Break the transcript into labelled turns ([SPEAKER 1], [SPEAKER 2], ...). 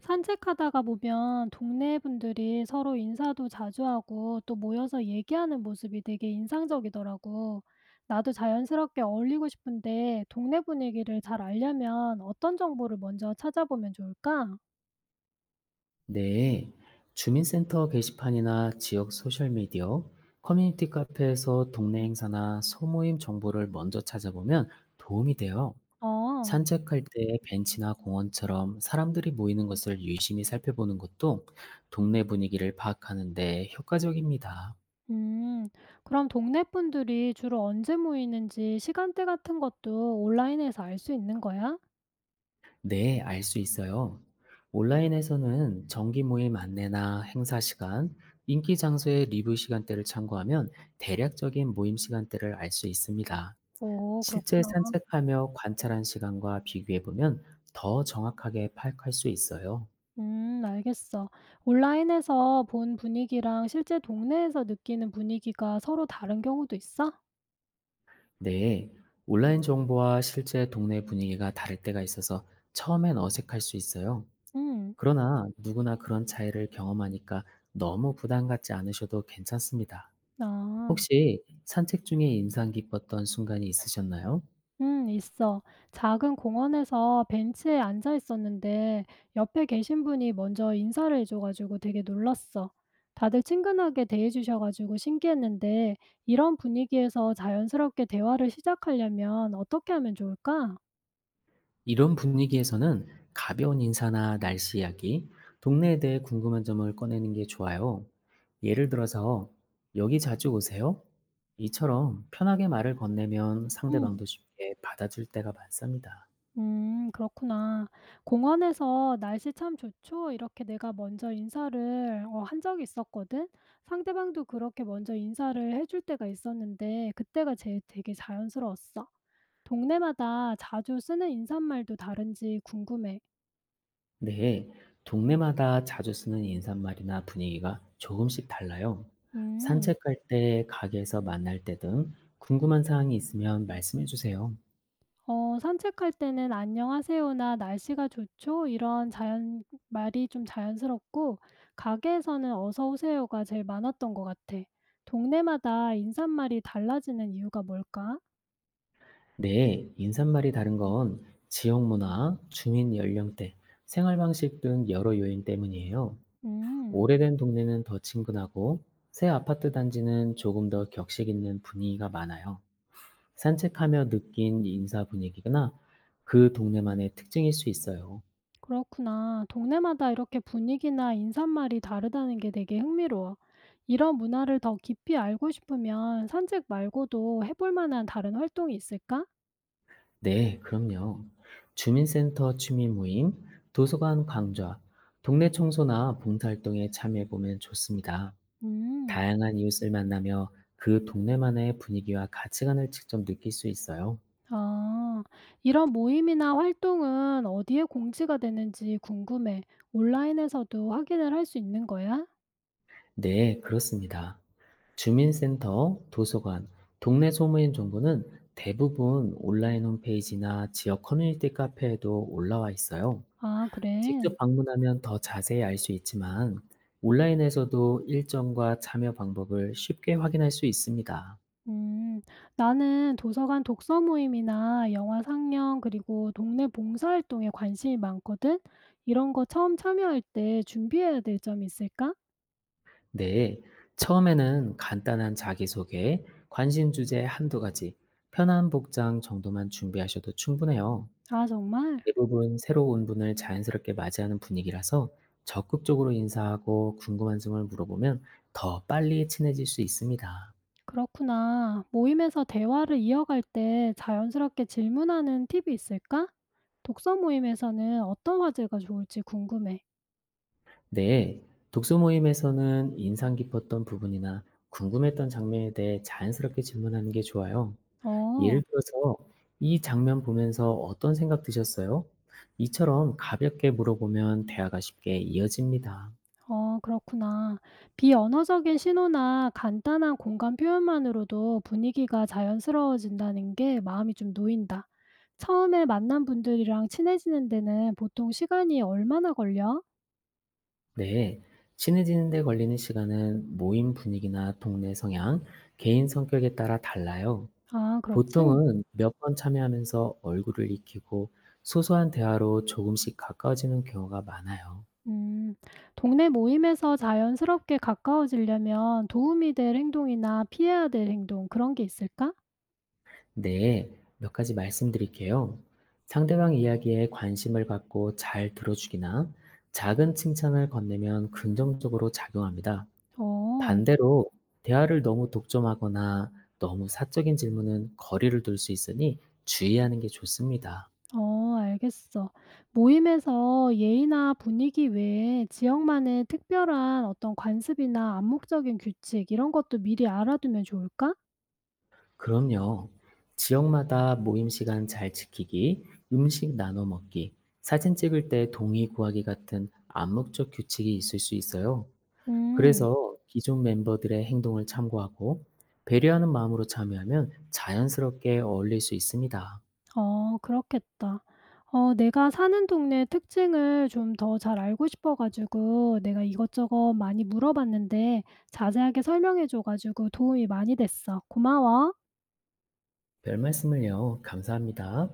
[SPEAKER 1] 산책하다가 보면 동네 분들이 서로 인사도 자주 하고 또 모여서 얘기하는 모습이 되게 인상적이더라고. 나도 자연스럽게 어울리고 싶은데 동네 분위기를 잘 알려면 어떤 정보를 먼저 찾아보면 좋을까?
[SPEAKER 2] 네, 주민센터 게시판이나 지역 소셜미디어, 커뮤니티 카페에서 동네 행사나 소모임 정보를 먼저 찾아보면 도움이 돼요.
[SPEAKER 1] 어,
[SPEAKER 2] 산책할 때 벤치나 공원처럼 사람들이 모이는 것을 유심히 살펴보는 것도 동네 분위기를 파악하는 데 효과적입니다.
[SPEAKER 1] 음, 그럼 동네 분들이 주로 언제 모이는지 시간대 같은 것도 온라인에서 알 수 있는 거야?
[SPEAKER 2] 네, 알 수 있어요. 온라인에서는 정기 모임 안내나 행사 시간, 인기 장소의 리뷰 시간대를 참고하면 대략적인 모임 시간대를 알 수 있습니다.
[SPEAKER 1] 오,
[SPEAKER 2] 실제
[SPEAKER 1] 그렇구나.
[SPEAKER 2] 산책하며 관찰한 시간과 비교해 보면 더 정확하게 파악할 수 있어요.
[SPEAKER 1] 알겠어. 온라인에서 본 분위기랑 실제 동네에서 느끼는 분위기가 서로 다른 경우도 있어?
[SPEAKER 2] 네, 온라인 정보와 실제 동네 분위기가 다를 때가 있어서 처음엔 어색할 수 있어요.
[SPEAKER 1] 음,
[SPEAKER 2] 그러나 누구나 그런 차이를 경험하니까 너무 부담 갖지 않으셔도 괜찮습니다.
[SPEAKER 1] 아,
[SPEAKER 2] 혹시 산책 중에 인상 깊었던 순간이 있으셨나요?
[SPEAKER 1] 있어. 작은 공원에서 벤치에 앉아 있었는데 옆에 계신 분이 먼저 인사를 해줘가지고 되게 놀랐어. 다들 친근하게 대해주셔가지고 신기했는데 이런 분위기에서 자연스럽게 대화를 시작하려면 어떻게 하면 좋을까?
[SPEAKER 2] 이런 분위기에서는 가벼운 인사나 날씨 이야기, 동네에 대해 궁금한 점을 꺼내는 게 좋아요. 예를 들어서, 여기 자주 오세요? 이처럼 편하게 말을 건네면
[SPEAKER 1] 음.
[SPEAKER 2] 상대방도 쉽게 받아줄 때가 많습니다.
[SPEAKER 1] 그렇구나. 공원에서 날씨 참 좋죠? 이렇게 내가 먼저 인사를 한 적이 있었거든? 상대방도 그렇게 먼저 인사를 해줄 때가 있었는데, 그때가 제일 되게 자연스러웠어. 동네마다 자주 쓰는 인사말도 다른지 궁금해.
[SPEAKER 2] 네, 동네마다 자주 쓰는 인사말이나 분위기가 조금씩 달라요.
[SPEAKER 1] 음.
[SPEAKER 2] 산책할 때, 가게에서 만날 때 등 궁금한 사항이 있으면 말씀해 주세요.
[SPEAKER 1] 어 산책할 때는 "안녕하세요나 "날씨가 좋죠?" 이런 자연 말이 좀 자연스럽고 가게에서는 "어서 오세요."가 제일 많았던 것 같아. 동네마다 인사말이 달라지는 이유가 뭘까?
[SPEAKER 2] 네, 인사말이 다른 건 지역 문화, 주민 연령대, 생활 방식 등 여러 요인 때문이에요.
[SPEAKER 1] 음
[SPEAKER 2] 오래된 동네는 더 친근하고 새 아파트 단지는 조금 더 격식 있는 분위기가 많아요. 산책하며 느낀 인사 분위기나 그 동네만의 특징일 수 있어요.
[SPEAKER 1] 그렇구나. 동네마다 이렇게 분위기나 인사말이 다르다는 게 되게 흥미로워. 이런 문화를 더 깊이 알고 싶으면 산책 말고도 해볼 만한 다른 활동이 있을까?
[SPEAKER 2] 네, 그럼요. 주민센터 취미 모임, 도서관 강좌, 동네 청소나 봉사활동에 참여해보면 좋습니다.
[SPEAKER 1] 음.
[SPEAKER 2] 다양한 이웃을 만나며 그 동네만의 분위기와 가치관을 직접 느낄 수 있어요.
[SPEAKER 1] 아, 이런 모임이나 활동은 어디에 공지가 되는지 궁금해. 온라인에서도 확인을 할 수 있는 거야?
[SPEAKER 2] 네, 그렇습니다. 주민센터, 도서관, 동네 소모임 정보는 대부분 온라인 홈페이지나 지역 커뮤니티 카페에도 올라와 있어요.
[SPEAKER 1] 아, 그래.
[SPEAKER 2] 직접 방문하면 더 자세히 알 수 있지만 온라인에서도 일정과 참여 방법을 쉽게 확인할 수 있습니다.
[SPEAKER 1] 음, 나는 도서관 독서 모임이나 영화 상영, 그리고 동네 봉사활동에 관심이 많거든? 이런 거 처음 참여할 때 준비해야 될 점이 있을까?
[SPEAKER 2] 네, 처음에는 간단한 자기소개, 관심 주제 한두 가지, 편한 복장 정도만 준비하셔도 충분해요.
[SPEAKER 1] 아, 정말?
[SPEAKER 2] 대부분 새로운 분을 자연스럽게 맞이하는 분위기라서 적극적으로 인사하고 궁금한 점을 물어보면 더 빨리 친해질 수 있습니다.
[SPEAKER 1] 그렇구나. 모임에서 대화를 이어갈 때 자연스럽게 질문하는 팁이 있을까? 독서 모임에서는 어떤 화제가 좋을지 궁금해.
[SPEAKER 2] 네, 독서 모임에서는 인상 깊었던 부분이나 궁금했던 장면에 대해 자연스럽게 질문하는 게 좋아요.
[SPEAKER 1] 어,
[SPEAKER 2] 예를 들어서 "이 장면 보면서 어떤 생각 드셨어요?" 이처럼 가볍게 물어보면 대화가 쉽게 이어집니다.
[SPEAKER 1] 어, 그렇구나. 비언어적인 신호나 간단한 공감 표현만으로도 분위기가 자연스러워진다는 게 마음이 좀 놓인다. 처음에 만난 분들이랑 친해지는 데는 보통 시간이 얼마나 걸려?
[SPEAKER 2] 네. 친해지는 데 걸리는 시간은 모임 분위기나 동네 성향, 개인 성격에 따라 달라요.
[SPEAKER 1] 아, 그렇지?
[SPEAKER 2] 보통은 몇 번 참여하면서 얼굴을 익히고 소소한 대화로 조금씩 가까워지는 경우가 많아요.
[SPEAKER 1] 음, 동네 모임에서 자연스럽게 가까워지려면 도움이 될 행동이나 피해야 될 행동, 그런 게 있을까?
[SPEAKER 2] 네, 몇 가지 말씀드릴게요. 상대방 이야기에 관심을 갖고 잘 들어주기나 작은 칭찬을 건네면 긍정적으로 작용합니다.
[SPEAKER 1] 어,
[SPEAKER 2] 반대로 대화를 너무 독점하거나 너무 사적인 질문은 거리를 둘 수 있으니 주의하는 게 좋습니다.
[SPEAKER 1] 어, 알겠어. 모임에서 예의나 분위기 외에 지역만의 특별한 어떤 관습이나 암묵적인 규칙, 이런 것도 미리 알아두면 좋을까?
[SPEAKER 2] 그럼요. 지역마다 모임 시간 잘 지키기, 음식 나눠 먹기, 사진 찍을 때 동의 구하기 같은 암묵적 규칙이 있을 수 있어요.
[SPEAKER 1] 음.
[SPEAKER 2] 그래서 기존 멤버들의 행동을 참고하고 배려하는 마음으로 참여하면 자연스럽게 어울릴 수 있습니다.
[SPEAKER 1] 어 그렇겠다. 어 내가 사는 동네 특징을 좀 더 잘 알고 싶어 가지고 내가 이것저것 많이 물어봤는데 자세하게 설명해 줘 가지고 도움이 많이 됐어. 고마워.
[SPEAKER 2] 별 말씀을요. 감사합니다.